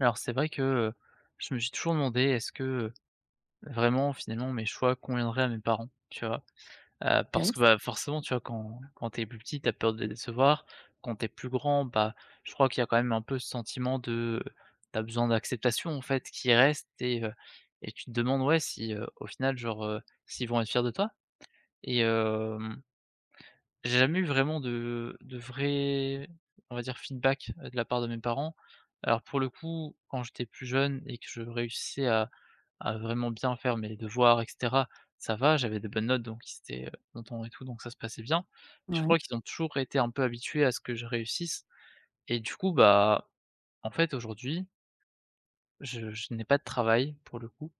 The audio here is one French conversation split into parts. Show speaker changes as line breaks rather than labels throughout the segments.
Alors c'est vrai que, je me suis toujours demandé est-ce que, vraiment finalement mes choix conviendraient à mes parents, tu vois? Parce que,
OK.
bah, forcément tu vois quand t'es plus petit, t'as peur de les décevoir. Quand t'es plus grand, bah, je crois qu'il y a quand même un peu ce sentiment de, t'as besoin d'acceptation en fait qui reste et tu te demandes ouais si, au final genre, s'ils vont être fiers de toi et hem j'ai jamais eu vraiment de vrai, on va dire feedback, de la part de mes parents. Alors pour le coup, quand j'étais plus jeune et que je réussissais à vraiment bien faire mes devoirs et cetera, ça va, j'avais de bonnes notes donc ils étaient, contents et tout donc ça se passait bien. Mais je
Ouais.
crois qu'ils ont toujours été un peu habitués à ce que je réussisse et du coup, bah, en fait aujourd'hui, je n'ai pas de travail pour le coup.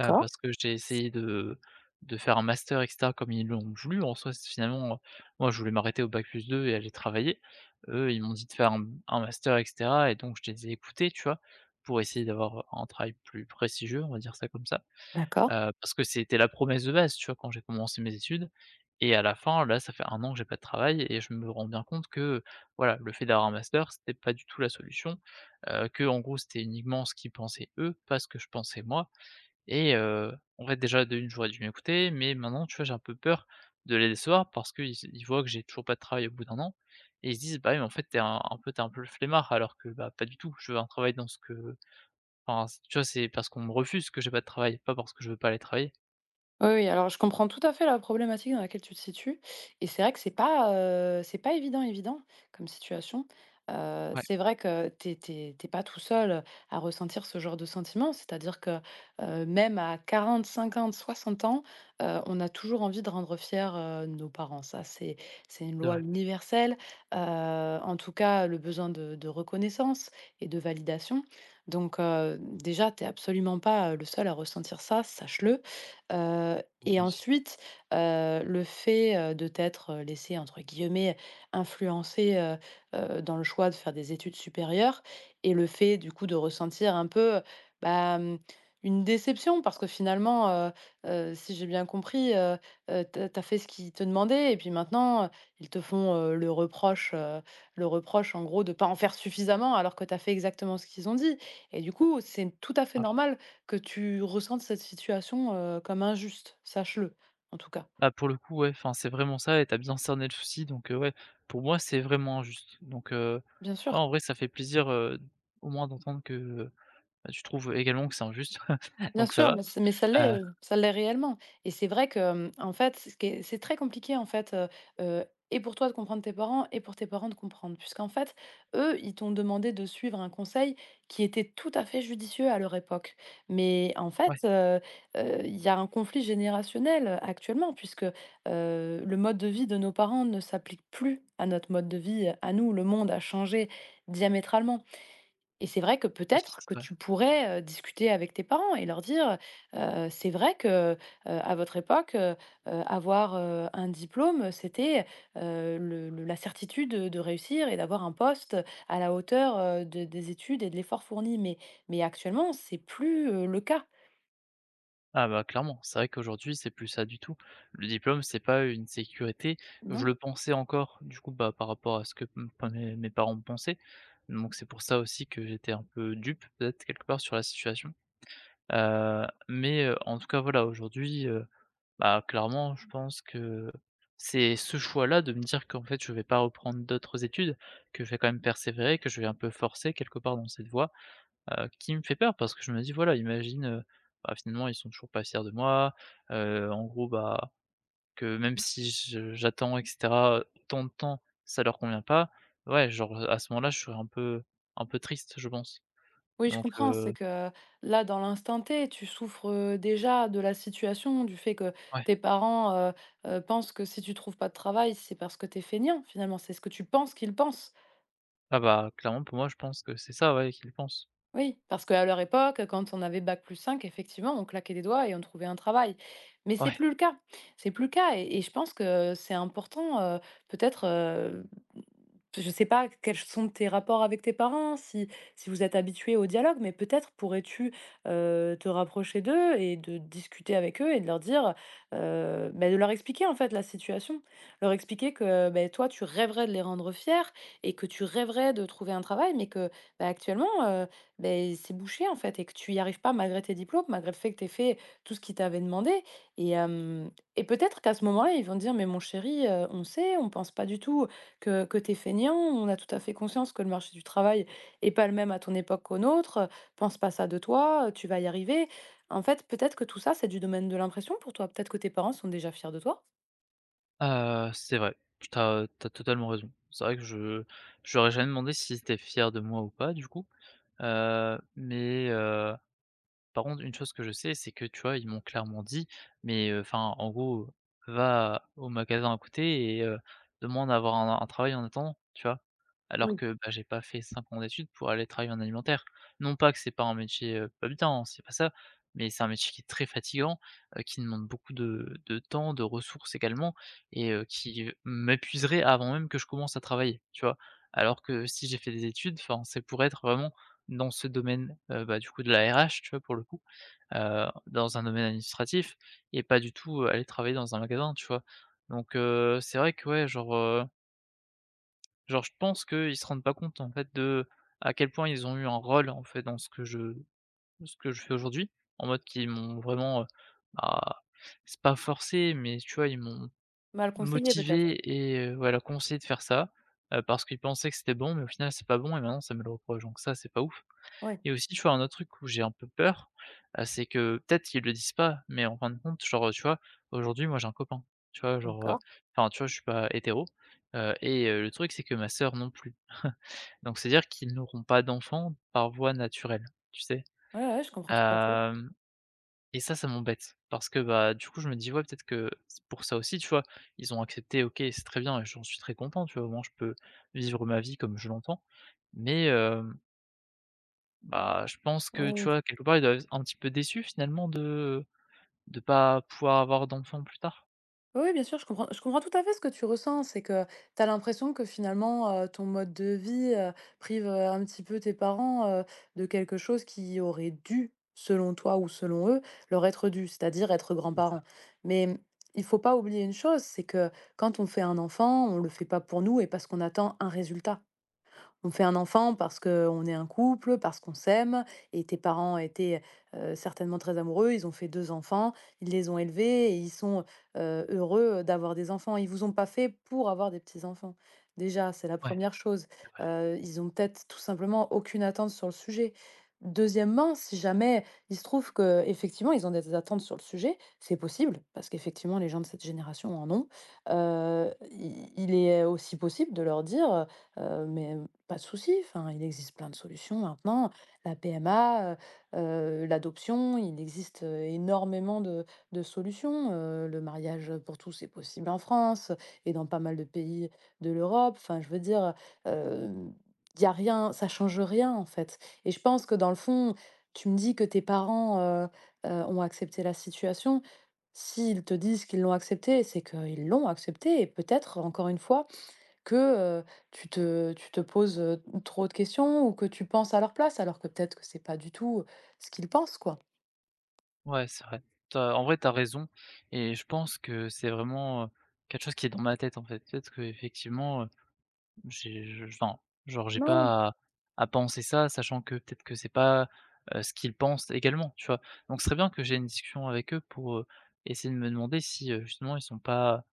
Heu, parce que j'ai essayé de faire un master et cetera comme ils l'ont voulu. En soi, c'est finalement, moi je voulais m'arrêter au bac+2 et aller travailler. Eux, ils m'ont dit de faire un master et cetera et donc je les ai écoutés, tu vois? Pour essayer d'avoir un travail plus prestigieux, on va dire ça comme ça.
d'accord.
Parce que c'était la promesse de base, tu vois? Quand j'ai commencé mes études et à la fin, là, ça fait un an que j'ai pas de travail et je me rends bien compte que, voilà, le fait d'avoir un master, c'était pas du tout la solution. Que en gros, c'était uniquement ce qu'ils pensaient eux, pas ce que je pensais moi et en fait, déjà de 1 j'aurais dû m'écouter, mais maintenant, tu vois, j'ai un peu peur de les décevoir parce qu'ils voient que j'ai toujours pas de travail au bout d'un an et ils se disent: «Bah, oui, mais en fait, t'es un peu t'es un peu le flemmard», alors que, bah, pas du tout. Je veux un travail dans ce que enfin, c tu vois, c'est parce qu'on me refuse que j'ai pas de travail, pas parce que je veux pas aller travailler.
Oui, oui, alors je comprends tout à fait la problématique dans laquelle tu te situes et c'est vrai que c'est pas évident, évident comme situation.
Ouais.
C'est vrai que t'es pas tout seul à ressentir ce genre de sentiment, c'est-à-dire que, même à 40-50-60 ans, on a toujours envie de rendre fiers, nos parents. Ça, c'est une
C'est
loi
vrai,
universelle, en tout cas, le besoin de reconnaissance et de validation. Donc, déjà, t'es absolument pas le seul à ressentir ça, sache-le.
c'est
Et
gentil.
ensuite, le fait, de t'être laissé entre guillemets «influencer», dans le choix de faire des études supérieures et le fait du coup de ressentir un peu, bah, une déception parce que finalement, si j'ai bien compris, tu as fait ce qu'ils te demandaient et puis maintenant, ils te font, le reproche en gros de pas en faire suffisamment alors que t'as fait exactement ce qu'ils ont dit et du coup, c'est tout à fait
Ah,
normal que tu ressentes cette situation, comme injuste, sache-le, en tout cas.
bah, pour le coup, ouais, enfin, c'est vraiment ça et t'as bien cerné le souci donc ouais, pour moi, c'est vraiment injuste donc
Bien
ouais,
sûr.
en vrai, ça fait plaisir, au moins d'entendre que, bah, tu trouves également que c'est injuste
Bien
donc ça
sûr,
va.
mais c mais ça l'est réellement et c'est vrai que, en fait, c'est ce qui est c'est très compliqué, en fait, heu, et pour toi de comprendre tes parents et pour tes parents de comprendre. Puisqu'en fait, eux, ils t'ont demandé de suivre un conseil qui était tout à fait judicieux à leur époque. Mais en fait,
Ouais,
il y a un conflit générationnel, actuellement, puisque, le mode de vie de nos parents ne s'applique plus à notre mode de vie, à nous. Le monde a changé diamétralement. Et c'est vrai que
oui,
peut-être
c'est
que
vrai.
tu pourrais, discuter avec tes parents et leur dire: «C'est vrai que, à votre époque, avoir, un diplôme, c'était, le la certitude, de réussir et d'avoir un poste à la hauteur, de des études et de l'effort fourni». Mais actuellement, c'est plus, le cas,
Ah bah, clairement, c'est vrai qu'aujourd'hui, c'est plus ça du tout. Le diplôme, c'est pas une sécurité. Je
non?
le pensais encore, du coup, bah, par rapport à ce que m pas mes parents me pensaient. Donc c'est pour ça aussi que j'étais un peu dupe, peut-être, quelque part, sur la situation. Mais en tout cas, voilà, aujourd'hui, bah, clairement, je pense que c'est ce choix-là de me dire qu'en fait, je vais pas reprendre d'autres études, que je vais quand même persévérer, que je vais un peu forcer quelque part dans cette voie, qui me fait peur parce que je me dis, voilà, imagine, bah, finalement ils sont toujours pas fiers de moi, en gros, bah, que même si je j'attends et cetera, tant de temps, ça leur convient pas. Ouais, genre, à ce moment-là, je serais un peu triste, je pense.
Oui, je
Donc
comprends, c'est que là, dans l'instant T, tu souffres, déjà de la situation, du fait que
ouais.
tes parents, pensent que si tu trouves pas de travail, c'est parce que tu es feignant, finalement. C'est ce que tu penses qu'ils pensent.
Ah bah, clairement pour moi, je pense que c'est ça, ouais, qu'ils pensent.
Oui, parce qu'à leur époque, quand on avait bac plus cinq, effectivement, on claquait des doigts et on trouvait un travail. Mais c'est
Ouais,
plus le cas. C'est plus le cas et je pense que c'est important, peut-être, je ne sais pas quels sont tes rapports avec tes parents, si vous êtes habitué au dialogue, mais peut-être pourrais-tu, te rapprocher d'eux et de discuter avec eux et de leur dire, bah, de leur expliquer, en fait, la situation. Leur expliquer que, beh, toi, tu rêverais de les rendre fiers et que tu rêverais de trouver un travail, mais que, bah, actuellement, ben c'est bouché en fait et que tu y arrives pas malgré tes diplômes, malgré le fait que tu aies fait tout ce qu'ils t'avaient demandé et hem et peut-être qu'à ce moment-là, ils vont te dire: «Mais mon chéri, on sait, on pense pas du tout que tu es feignant, on a tout à fait conscience que le marché du travail est pas le même à ton époque qu'au nôtre, pense pas ça de toi, tu vas y arriver». En fait, peut-être que tout ça, c'est du domaine de l'impression pour toi? Peut-être que tes parents sont déjà fiers de toi?
c'est vrai. Tu as totalement raison. C'est vrai que je leur ai jamais demandé s'ils étaient fiers de moi ou pas, du coup, heu, mais heu par contre, une chose que je sais, c'est que, tu vois, ils m'ont clairement dit: «Mais, enfin, en gros, va au magasin à côté et demande à avoir un travail en attendant», tu vois? Alors que, bah, j'ai pas fait 5 ans d'études pour aller travailler en alimentaire. Non pas que c'est pas un métier, pas bien, hein, c'est pas ça, mais c'est un métier qui est très fatigant, qui demande beaucoup de temps, de ressources également et qui, m'épuiserait avant même que je commence à travailler, tu vois? Alors que si j'ai fait des études, enfin, c'est pour être vraiment dans ce domaine, bah, du coup de la RH, tu vois? Pour le coup, dans un domaine administratif et pas du tout, aller travailler dans un magasin, tu vois? Donc c'est vrai que ouais, genre, genre je pense qu'ils se rendent pas compte en fait de à quel point ils ont eu un rôle en fait dans ce que je fais aujourd'hui. En mode qu'ils m'ont vraiment, bah, c'est pas forcé, mais tu vois? Ils m'ont
Mal conseillés peut-être?
motivé et voilà, conseillé de faire ça, parce qu'ils pensaient que c'était bon, mais au final c'est pas bon et maintenant ça me le reproche, donc ça, c'est pas ouf.
Ouais,
Et aussi, tu vois, un autre truc où j'ai un peu peur, c'est que peut-être qu'ils le disent pas, mais en fin de compte, genre, tu vois, aujourd'hui, moi, j'ai un copain, tu vois? Genre,
d'accord.
enfin, tu vois, je suis pas hétéro, et le truc, c'est que ma sœur non plus. Donc c'est-à-dire qu'ils n'auront pas d'enfants par voie naturelle, tu sais?
Ouais, ouais, je comprends tout à fait.
Hem et ça m'embête parce que, bah, du coup, je me dis: «Ouais, peut-être que c'est pour ça aussi», tu vois? Ils ont accepté, OK, c'est très bien et j'en suis très content, tu vois? Au moins, je peux vivre ma vie comme je l'entends, mais hem bah, je pense que, tu
Oui.
vois, quelque part, ils doivent être un petit peu déçus finalement de pas pouvoir avoir d'enfants plus tard?
Oui, oui, bien sûr, je comprends tout à fait ce que tu ressens. C'est que tu as l'impression que finalement, ton mode de vie, prive, un petit peu tes parents, de quelque chose qui aurait dû, selon toi ou selon eux, leur être dû, c'est-à-dire être
C'est ça?
grands-parents. Mais, il faut pas oublier une chose, c'est que quand on fait un enfant, on le fait pas pour nous et parce qu'on attend un résultat. On fait un enfant parce qu'on est un couple, parce qu'on s'aime, et tes parents étaient certainement très amoureux, ils ont fait deux enfants, ils les ont élevés, et ils sont heureux d'avoir des enfants. Ils vous ont pas fait pour avoir des petits-enfants. Déjà, c'est la
Ouais,
première chose.
c'est vrai.
Ils ont peut-être tout simplement aucune attente sur le sujet. Deuxièmement, si jamais il se trouve que effectivement ils ont des attentes sur le sujet, c'est possible parce qu'effectivement les gens de cette génération en ont. Il est aussi possible de leur dire, mais pas de souci, enfin, il existe plein de solutions maintenant. La PMA, l'adoption, il existe, énormément de solutions. Le mariage pour tous est possible en France et dans pas mal de pays de l'Europe. Enfin, je veux dire, hem, il y a rien, ça change rien, en fait, et je pense que dans le fond, tu me dis que tes parents, ont accepté la situation. S'ils te disent qu'ils l'ont accepté, c'est qu'ils l'ont accepté et peut-être, encore une fois, que, tu te poses, trop de questions ou que tu penses à leur place alors que peut-être que c'est pas du tout ce qu'ils pensent, quoi.
Ouais, c'est vrai. Tu en vrai, t'as raison et je pense que c'est vraiment, quelque chose qui est dans ma tête, en fait. Peut-être qu'effectivement, j'ai je enfin, genre, j'ai
Non.
pas à penser ça, sachant que peut-être que c'est pas, ce qu'ils pensent également, tu vois? Donc ce serait bien que j'ai une discussion avec eux pour, essayer de me demander si, justement ils sont pas,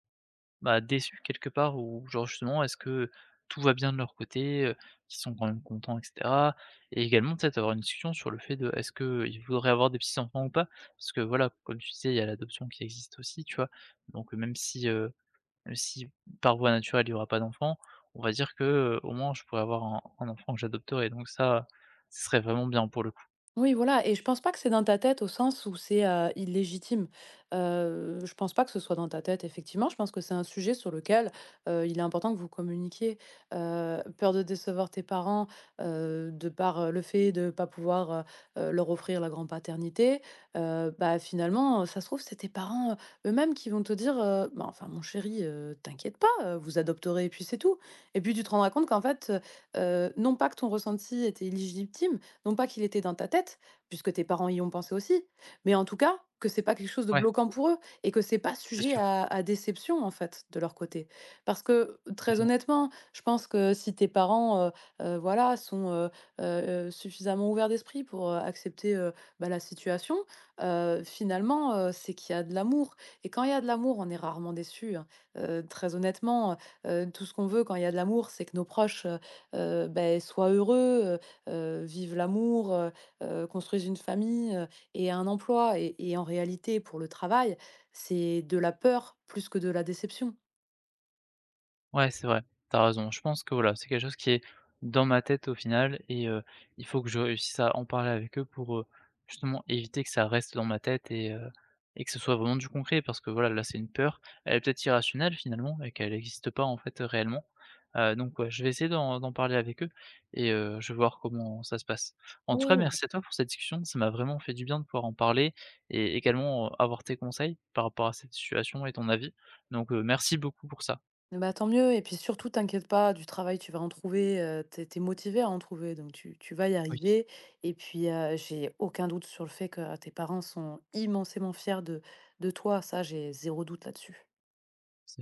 bah, déçu quelque part ou genre justement est-ce que tout va bien de leur côté, qu'ils sont quand même contents et cetera? Et également peut-être avoir une discussion sur le fait de est-ce qu'ils voudraient avoir des petits-enfants ou pas? Parce que voilà, comme tu disais, il y a l'adoption qui existe aussi, tu vois? Donc même si même si par voie naturelle il y aura pas d'enfant, on va dire que, au moins je pourrais avoir un enfant que j'adopterai donc ça, ce serait vraiment bien pour le coup.
Oui, voilà, et je pense pas que c'est dans ta tête au sens où c'est, illégitime. Je pense pas que ce soit dans ta tête, effectivement. Je pense que c'est un sujet sur lequel, il est important que vous communiquiez. Peur de décevoir tes parents, de par, le fait de pas pouvoir, leur offrir la grand-paternité. Bah, finalement, ça se trouve, c'est tes parents, eux-mêmes qui vont te dire: «Bah, enfin, mon chéri, t'inquiète pas, vous adopterez et puis c'est tout». Et puis tu te rendras compte qu'en fait, non pas que ton ressenti était illégitime, non pas qu'il était dans ta tête, puisque tes parents y ont pensé aussi, mais en tout cas, que c'est pas quelque chose de
Ouais,
bloquant pour eux et que c'est pas
c'est
sujet
sûr.
à déception, en fait, de leur côté. Parce que, très honnêtement, je pense que si tes parents, voilà, sont, suffisamment ouverts d'esprit pour, accepter, bah, la situation, finalement, c'est qu'il y a de l'amour et quand il y a de l'amour, on est rarement déçu, hein. Très honnêtement, tout ce qu'on veut quand il y a de l'amour, c'est que nos proches, beh, soient heureux, vivent l'amour, construisent une famille, et un emploi, et en réalité, pour le travail, c'est de la peur plus que de la déception.
Ouais, c'est vrai. T'as raison. Je pense que voilà, c'est quelque chose qui est dans ma tête au final et il faut que je réussisse à en parler avec eux pour, justement éviter que ça reste dans ma tête et que ce soit vraiment du concret. Parce que voilà, là, c'est une peur, elle est peut-être irrationnelle finalement et qu'elle n'existe pas en fait, réellement. Donc ouais, je vais essayer d'en parler avec eux et je vais voir comment ça se passe. En tout cas,
Oui.
merci à toi pour cette discussion, ça m'a vraiment fait du bien de pouvoir en parler et également, avoir tes conseils par rapport à cette situation et ton avis. Donc merci beaucoup pour ça.
Bah, tant mieux, et puis surtout t'inquiète pas, du travail, tu vas en trouver, tu es tu à en trouver, donc tu vas y
Oui.
arriver, et puis, j'ai aucun doute sur le fait que, ah, tes parents sont immensément fiers de toi, ça, j'ai zéro doute là-dessus.
C'est